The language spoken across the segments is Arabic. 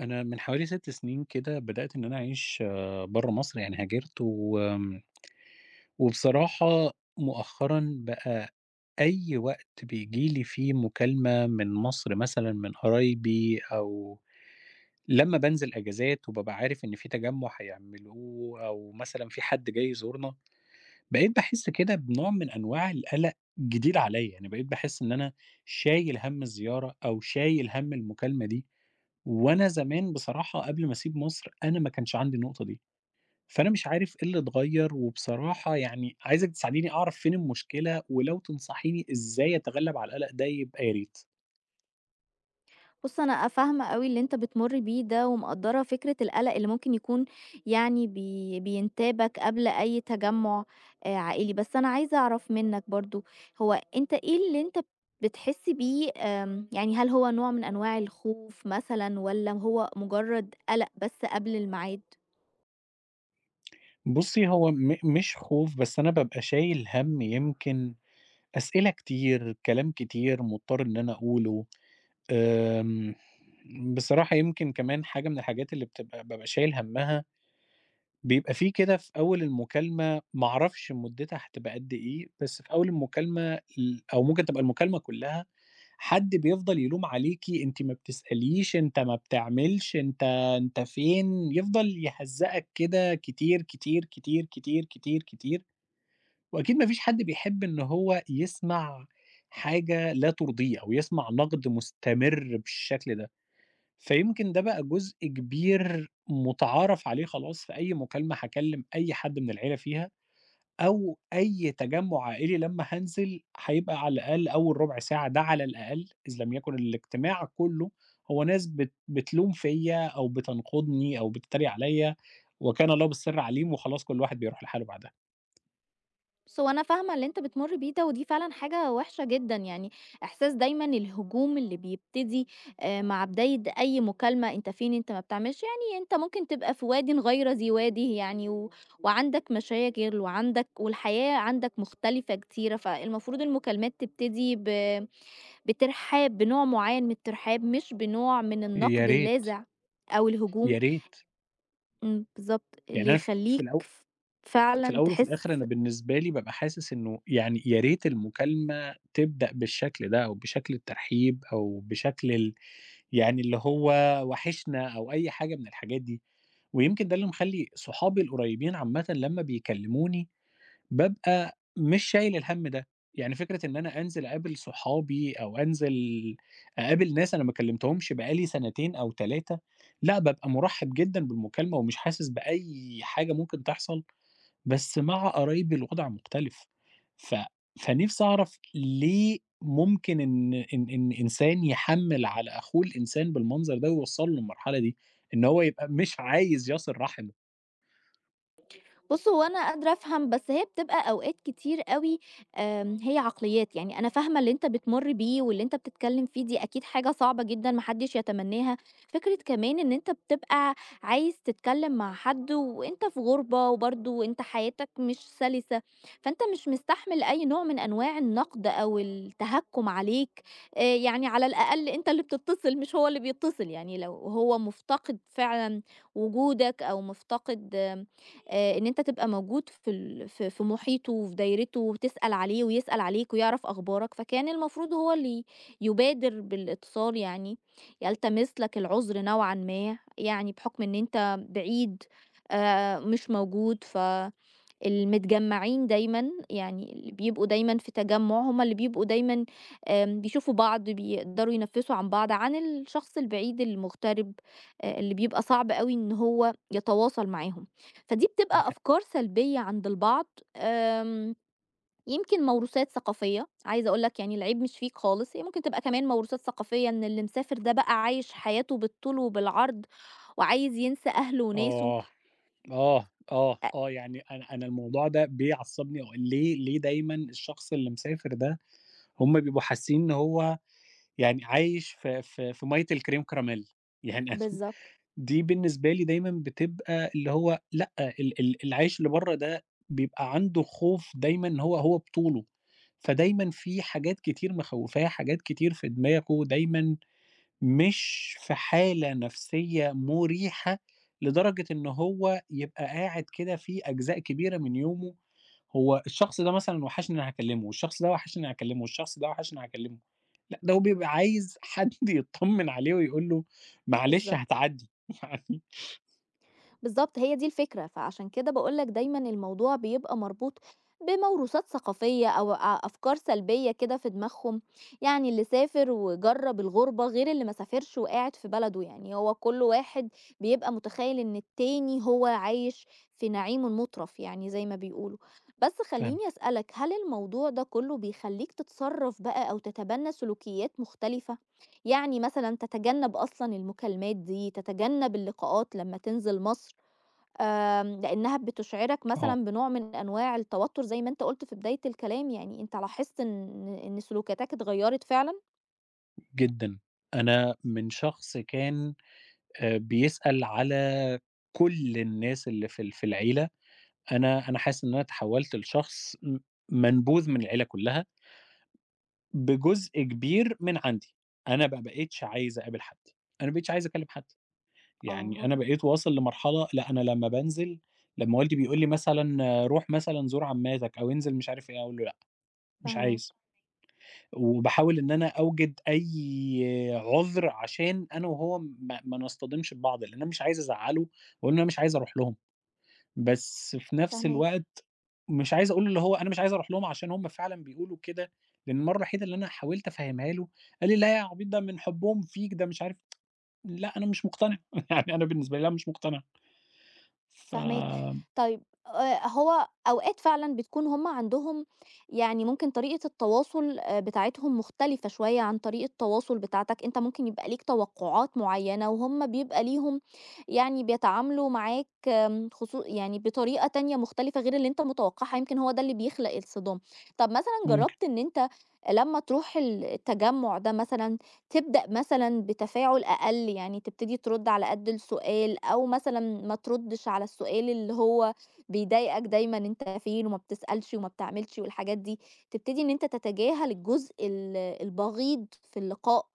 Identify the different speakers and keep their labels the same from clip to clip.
Speaker 1: أنا من حوالي 6 سنين كده بدأت إن أنا أعيش برّه مصر، يعني هاجرت و وبصراحة مؤخرًا بقى أي وقت بييجي لي فيه مكالمة من مصر مثلًا من قرايبي أو لمّا بانزل أجازات وبابقى عارف إن في تجمُّع هيعملوه أو مثلًا في حد جاي يزورنا، بقيت باحس كده بنوع من أنواع القلق جديد عليّا، يعني بقيت باحس إن أنا شايل هَم الزيارة أو شايل هَم المكالمة دي. وأنا زمان بصراحة قبل ما أسيب مصر، أنا ما كانش عندي النقطة دي، فأنا مش عارف إيه اللي اتغيّر، وبصراحة يعني عايزِك تساعديني أعرف فين المشكلة، ولو تنصحيني إزاي أتغلب على القلق ده يبقى يا ريت.
Speaker 2: بُص، أنا فاهمة أوي اللي أنت بتمُر بيه ده ومقدّرة فكرة القلق اللي ممكن يكون يعني بينتابك قبل أي تجمُّع عائلي، بس أنا عايزة أعرف منّك برضه، هو أنت إيه اللي أنت بتحس بيه يعني هل هو نوع من أنواع الخوف مثلًا والّا هو مجرّد قلق بس قبل الميعاد؟
Speaker 1: بُصّي، هو مش خوف، بس أنا بابقى شايل هَم يمكن أسئلة كتير، كلام كتير مضطر إن أنا أقوله، آمم، بصراحة يمكن كمان حاجة من الحاجات اللي بتبقى بابقى شايل هَمّها بيبقى في كده في أول المكالمة ما أعرفش مدتها هتبقى قد إيه، بس في أول المكالمة أو ممكن تبقى المكالمة كلها، حد بيفضل يلوم عليكِ أنتِ ما بتسأليش، أنت ما بتعملش، أنت فين، يفضل يهزّقك كده كتير، كتير، كتير، كتير، كتير، كتير، وأكيد ما فيش حد بيحب إن هو يسمع حاجة لا ترضيه أو يسمع نقد مستمر بالشكل ده. فيمكن ده بقى جزء كبير متعارف عليه خلاص في أي مكالمة هاكلّم أي حد من العيلة فيها، أو أي تجمُّع عائلي لمّا هانزل هيبقى على الأقل أول رُبع ساعة ده على الأقل، إذ لم يكن الاجتماع كُلّه، هو ناس بتلوم فيّا أو بتنقدني أو بتتريق عليّا، وكان الله بالسر عليم وخلاص كل واحد بيروح لحاله بعدها.
Speaker 2: بُص، هو أنا فاهمة اللي أنت بتمُر بيه ده، ودي فعلًا حاجة وِحشة جدًا، يعني إحساس دايمًا الهجوم اللي بيبتدي مع بداية أي مكالمة، أنت فين، أنت ما بتعملش، يعني أنت ممكن تبقى في وادٍ غير ذي وادٍ يعني و وعندك مشاغل وعندك والحياة عندك مختلفة كتيرة، فالمفروض المكالمات تبتدي ب بترحاب، بنوع معيّن من الترحاب، مش بنوع من
Speaker 1: يا
Speaker 2: النقد
Speaker 1: ريت.
Speaker 2: اللاذع أو الهجوم.
Speaker 1: يا ريت،
Speaker 2: بالضبط،
Speaker 1: يعني
Speaker 2: اللي
Speaker 1: أنا ف في
Speaker 2: يخلّيك
Speaker 1: الأو في
Speaker 2: فعلًا
Speaker 1: الأول وفي الآخر
Speaker 2: تحس.
Speaker 1: أنا بالنسبة لي بابقى حاسس إنه يعني يا ريت المكالمة تبدأ بالشكل ده أو بشكل الترحيب أو بشكل يعني اللي هو وحشنا أو أي حاجة من الحاجات دي، ويمكن ده اللي مخلّي صحابي القريبين عامةً لمّا بيكلموني بابقى مش شايل الهَم ده، يعني فكرة إن أنا أنزل أقابل صحابي أو أنزل أقابل ناس أنا ما كلمتهمش بقى لي سنتين أو 3، لأ، بابقى مُرحّب جدًا بالمكالمة ومش حاسس بأي حاجة ممكن تحصل بس مع قرايبي الوضع مختلف، ف فنِفْسي أعرف ليه ممكن إن إنسان يحمّل على أخوه الإنسان بالمنظر ده ويوصّله للمرحلة دي، إن هو يبقى مش عايز يصِل رحمه.
Speaker 2: بُص، هو أنا قادرة أفهم، بس هي بتبقى أوقات كتير أوي. هي عقليات، يعني أنا فاهمة اللي أنت بتمُر بيه واللي أنت بتتكلم فيه دي أكيد حاجة صعبة جدًا ما حدش يتمناها، فكرة كمان إن أنت بتبقى عايز تتكلم مع حد وأنت في غُربة وبرضه أنت حياتك مش سَلِسة، فأنت مش مستحمل أي نوع من أنواع النقد أو التهكُّم عليك، يعني على الأقل أنت اللي بتتصل مش هو اللي بيتصل، يعني لو هو مُفتقد فعلًا وجودك أو مُفتقد إن أنت تبقى موجود في ال في في محيطه وفي دايرته وتسأل عليه ويسأل عليك ويعرف أخبارك، فكان المفروض هو اللي يبادر بالاتصال يعني، يلتمس لك العذر نوعًا ما، يعني بحكم إن أنت بعيد مش موجود المتجمّعين دايمًا، يعني اللي بيبقوا دايمًا في تجمُّع هم اللي بيبقوا دايمًا. بيشوفوا بعض، بيقدروا ينفّسوا عن بعض، عن الشخص البعيد المغترب اللي بيبقى صعب أوي إن هو يتواصل معاهم. فدي
Speaker 1: ده
Speaker 2: بتبقى
Speaker 1: حقيقي.
Speaker 2: أفكار سلبية عند البعض، آمم، يمكن موروثات ثقافية، عايزة أقول لك يعني العيب مش فيك خالص، هي ممكن تبقى كمان موروثات ثقافية إن اللي مسافر ده بقى عايش حياته بالطول وبالعرض وعايز ينسى أهله وناسه.
Speaker 1: آه، آه، آه،
Speaker 2: أ
Speaker 1: آه، يعني أنا الموضوع ده بيعصّبني و ليه دايمًا الشخص اللي مسافر ده هم بيبقوا حاسين إن هو يعني عايش في مَيّة الكريم كراميل يعني
Speaker 2: بالضبط،
Speaker 1: دي بالنسبة لي دايمًا بتبقى اللي هو لأ، ال ال العايش اللي برّه ده بيبقى عنده خوف دايمًا إن هو بطوله، فدايمًا في حاجات كتير مخوّفاه، حاجات كتير في دماغه، دايمًا مش في حالة نفسية مُريحة لدرجة إن هو يبقى قاعد كده في أجزاء كبيرة من يومه هو الشخص ده مثلًا وحشني أنا هاكلّمه، والشخص ده وحشني أنا هاكلّمه، والشخص ده وحشني هاكلّمه، لأ ده هو بيبقى عايز حد يطمّن عليه ويقول له معلش
Speaker 2: بالضبط.
Speaker 1: هتعدّي يعني.
Speaker 2: بالضبط، هي دي الفكرة، فعشان كده باقول لك دايمًا الموضوع بيبقى مربوط بموروثات ثقافية أو أفكار سلبية كده في دماغهم، يعني اللي سافر وجرّب الغُربة غير اللي ما سافرش وقاعد في بلده، يعني هو كل واحد بيبقى متخيّل إن التاني هو عايش في نعيم مُترف يعني زي ما بيقولوا، بس خلّيني
Speaker 1: فاهمِك،
Speaker 2: أسألك، هل الموضوع ده كلّه بيخلّيك تتصرّف بقى أو تتبنى سلوكيات مختلفة؟ يعني مثلًا تتجنّب أصلًا المكالمات دي، تتجنّب اللقاءات لمّا تنزل مصر؟ لإنها بتشعرك
Speaker 1: آه
Speaker 2: مثلًا بنوع من أنواع التوتر زي ما أنت قُلت في بداية الكلام، يعني أنت لاحظت إن سلوكياتك اتغيّرت فعلًا؟
Speaker 1: جدًا. أنا من شخص كان بيسأل على كل الناس اللي في في العيلة، أنا حاسس إن أنا تحوّلت لشخص منبوذ من العيلة كلّها، بجزء كبير من عندي، أنا ما بقيتش عايز أقابل حد، أنا ما بقيتش عايز أكلّم حد، يعني
Speaker 2: آه،
Speaker 1: أنا بقيت واصل لمرحلة لأ أنا لمّا بانزل لمّا والدي بيقول لي مثلًا آه، روح مثلًا زور عمّاتك أو انزل مش عارف إيه، أقول له لأ، مش
Speaker 2: فاهماك،
Speaker 1: عايز، وباحاول إن أنا أوجد أي عُذر عشان أنا وهو ما نصطدمش ببعض، لإن أنا مش عايز أزعّله وأقول له أنا مش عايز أروح لهم. بس في نفس
Speaker 2: فاهماك.
Speaker 1: الوقت مش عايز أقول اللي هو أنا مش عايز أروح لهم عشان هم فعلًا بيقولوا كده، لإن المرّة الوحيدة اللي أنا حاولت أفهّمها له، قال لي: "لا يا عبيط ده من حبهم فيك ده مش عارف". لأ أنا مش مقتنع، يعني أنا بالنسبة لي لأ مش مقتنع.
Speaker 2: فاهماك.
Speaker 1: فممكن.
Speaker 2: طيب هو أوقات فعلًا بتكون هُم عندهم يعني ممكن طريقة التواصل بتاعتهم مختلفة شوية عن طريقة التواصل بتاعتك، أنت ممكن يبقى ليك توقعات معيّنة وهُم بيبقى ليهم يعني بيتعاملوا معاك يعني بطريقة تانية مختلفة غير اللي أنت متوقعها، يمكن هو ده اللي بيخلق الصدام. طب مثلًا جرّبت إن أنت لمّا تروح التجمُّع ده مثلًا تبدأ مثلًا بتفاعل أقل، يعني تبتدي ترُد على قد السؤال أو مثلًا ما تردّش على السؤال اللي هو بيضايقك دايمًا، أنت فين وما بتسألش وما بتعملش والحاجات دي، تبتدي إن أنت تتجاهل الجزء البغيض في اللقاء،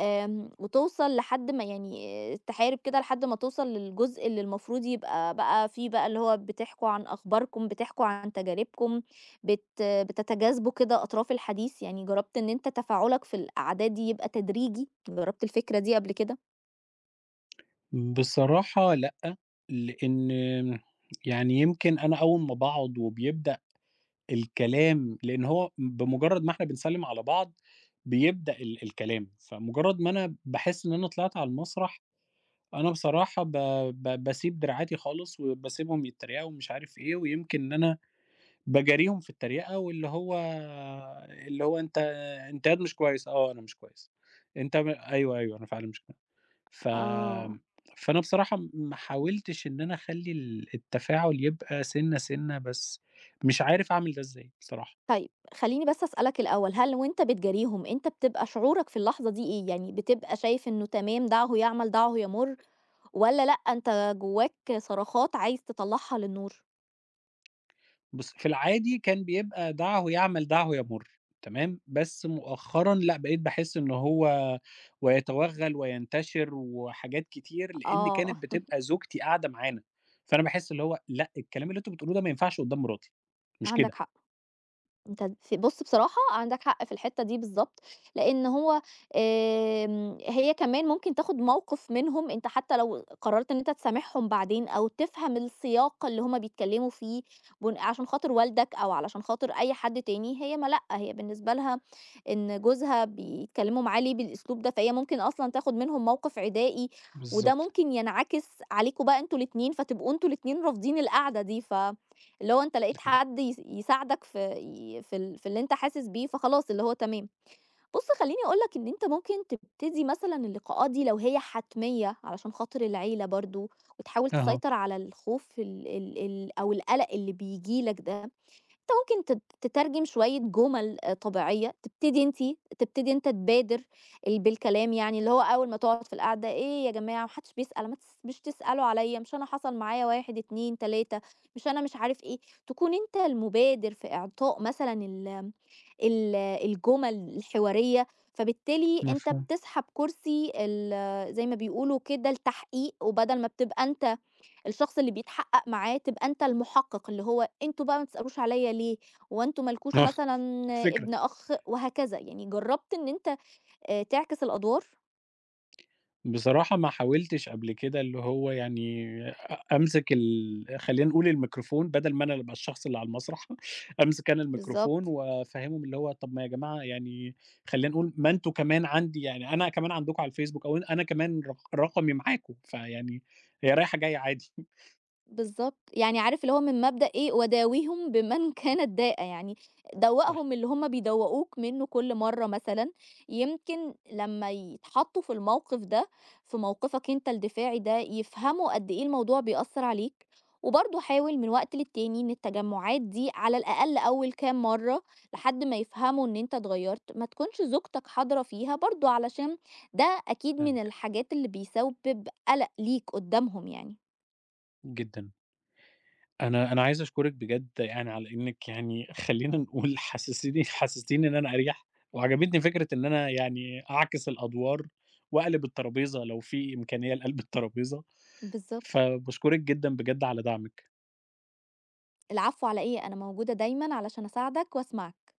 Speaker 2: وتوصل لحد ما يعني تحارب كده لحد ما توصل للجزء اللي المفروض يبقى بقى فيه بقى اللي هو بتحكوا عن أخباركم، بتحكوا عن تجاربكم، بتتجاذبوا كده أطراف الحديث؟ يعني جرّبت إن أنت تفاعلك في القعدات دي يبقى تدريجي، جرّبت الفكرة دي قبل كده؟
Speaker 1: بصراحة لأ، لإن يعني يمكن أنا أول ما باقعد وبيبدأ الكلام لإن هو بمجرد ما إحنا بنسلِّم على بعض بيبدأ الكلام، فمجرد ما أنا باحس إن أنا طلعت على المسرح أنا بصراحة ب ب باسيب دراعاتي خالص، وباسيبهم يتريقوا ومش عارف إيه، ويمكن إن أنا باجاريهم في التريقة، واللي هو اللي هو أنت ياض مش كويس، آه أنا مش كويس، أنت م أيوه، أيوه أنا فعلًا مش كويس. ف
Speaker 2: آه،
Speaker 1: فأنا بصراحة ما حاولتش إن أنا أخلّي التفاعل يبقى سِنّة، سِنّة، بس مش عارف أعمل ده إزاي بصراحة.
Speaker 2: طيب خلّيني بس أسألك الأول، هل وأنت بتجاريهم أنت بتبقى شعورك في اللحظة دي إيه؟ يعني بتبقى شايف إنه تمام دعه يعمل دعه يَمُر، والّا لأ أنت جواك صرخات عايز تطلّعها للنور؟
Speaker 1: بُص، في العادي كان بيبقى دعَه يعمل دعَه يَمُر، تمام، بس مؤخرًا لأ، بقيت باحس إن هو ويتوغّل وينتشر وحاجات كتير، لإن كانت
Speaker 2: آه،
Speaker 1: بتبقى زوجتي قاعدة معانا، فأنا باحس اللي هو لأ، الكلام اللي أنتم بتقولوه ده ما ينفعش قدّام مراتي، مش
Speaker 2: عندك
Speaker 1: كده.
Speaker 2: حق. أنت ف بُص بصراحة عندك حق في الحتّة دي بالضبط، لإن هو هي كمان ممكن تاخد موقِف منهم، أنت حتى لو قررت إن أنت تسامحهم بعدين أو تفهم السياق اللي هُم بيتكلموا فيه عشان خاطر والدك أو علشان خاطر أي حد تاني، هي ما لأ، هي بالنسبة لها إن جوزها بيتكلموا معاه ليه بالأسلوب ده، فهي ممكن أصلًا تاخد منهم موقِف عدائي، وده
Speaker 1: بالضبط.
Speaker 2: ممكن ينعكس عليكم بقى أنتم الاتنين، فتبقوا أنتم الاتنين رافضين القعدة دي اللي هو أنت
Speaker 1: ده
Speaker 2: لقيت
Speaker 1: حقيقي.
Speaker 2: حد يساعدك في ي في ال في اللي أنت حاسس بيه، فخلاص اللي هو تمام. بُص خلّيني أقول لك إن أنت ممكن تبتدي مثلًا اللقاءات دي لو هي حتمية علشان خاطر العيلة برضه، وتحاول
Speaker 1: أها،
Speaker 2: تسيطر على الخوف ال ال ال أو القلق اللي بييجي لك ده. أنت ممكن تترجم شوية جُمل طبيعية، تبتدي أنت تبادر بالكلام يعني، اللي هو أول ما تقعد في القعدة، إيه يا جماعة ما حدش بيسأل ما تس مش تسألوا عليَّ، مش أنا حصل معايا 1، 2، 3 مش أنا مش عارف إيه، تكون أنت المبادر في إعطاء مثلًا ال ال الجُمل الحوارية، فبالتالي أنت
Speaker 1: مفهوم.
Speaker 2: بتسحب كرسي زي ما بيقولوا كده التحقيق، وبدل ما بتبقى أنت الشخص اللي بيتحقق معاه تبقى أنت المحقق، اللي هو أنتم بقى ما تسألوش عليّا ليه، هو أنتم ما لكوش
Speaker 1: آه،
Speaker 2: مثلًا
Speaker 1: فكرة.
Speaker 2: ابن أخ وهكذا، يعني جرّبت إن أنت تعكس الأدوار؟
Speaker 1: بصراحة ما حاولتش قبل كده اللي هو يعني أمسك خلّينا نقول الميكروفون بدل ما أنا اللي أبقى الشخص اللي على المسرح، أمسك أنا الميكروفون
Speaker 2: بالضبط.
Speaker 1: وأفهّمهم اللي هو طَب ما يا جماعة يعني خلّينا نقول ما أنتم كمان عندي يعني أنا كمان عندكم على الفيسبوك أو أنا كمان رقمي معاكم، فيعني هي رايحة جاية عادي.
Speaker 2: بالضبط، يعني عارف اللي هو من مبدأ إيه، وداويهم بمن كانت داءة، يعني
Speaker 1: صح،
Speaker 2: دوّقهم اللي هم بيدوّقوك منّه كل مرّة مثلًا، يمكن لمّا يتحطّوا في الموقف ده، في موقفك أنت الدفاعي ده، يفهموا قد إيه الموضوع بيأثّر عليك، وبرضه حاول من وقت للتاني إن التجمُّعات دي على الأقل أول كام مرّة لحد ما يفهموا إن أنت اتغيّرت، ما تكونش زوجتك حاضرة فيها برضه علشان ده أكيد من
Speaker 1: فاهمِك
Speaker 2: الحاجات اللي بيسبب قَلَق ليك قُدّامهم يعني.
Speaker 1: جدًا. أنا عايز أشكرِك بجد يعني على إنِّك يعني خلّينا نقول حسستيني إن أنا أريح، وعجبتني فكرة إن أنا يعني أعكس الأدوار وأقلب الترابيزة لو في إمكانية لقلب الترابيزة،
Speaker 2: بالضبط.
Speaker 1: فباشكرِك جدًا بجد على دعمِك.
Speaker 2: العفو على إيه؟ أنا موجودة دايمًا علشان أساعدك وأسمعك.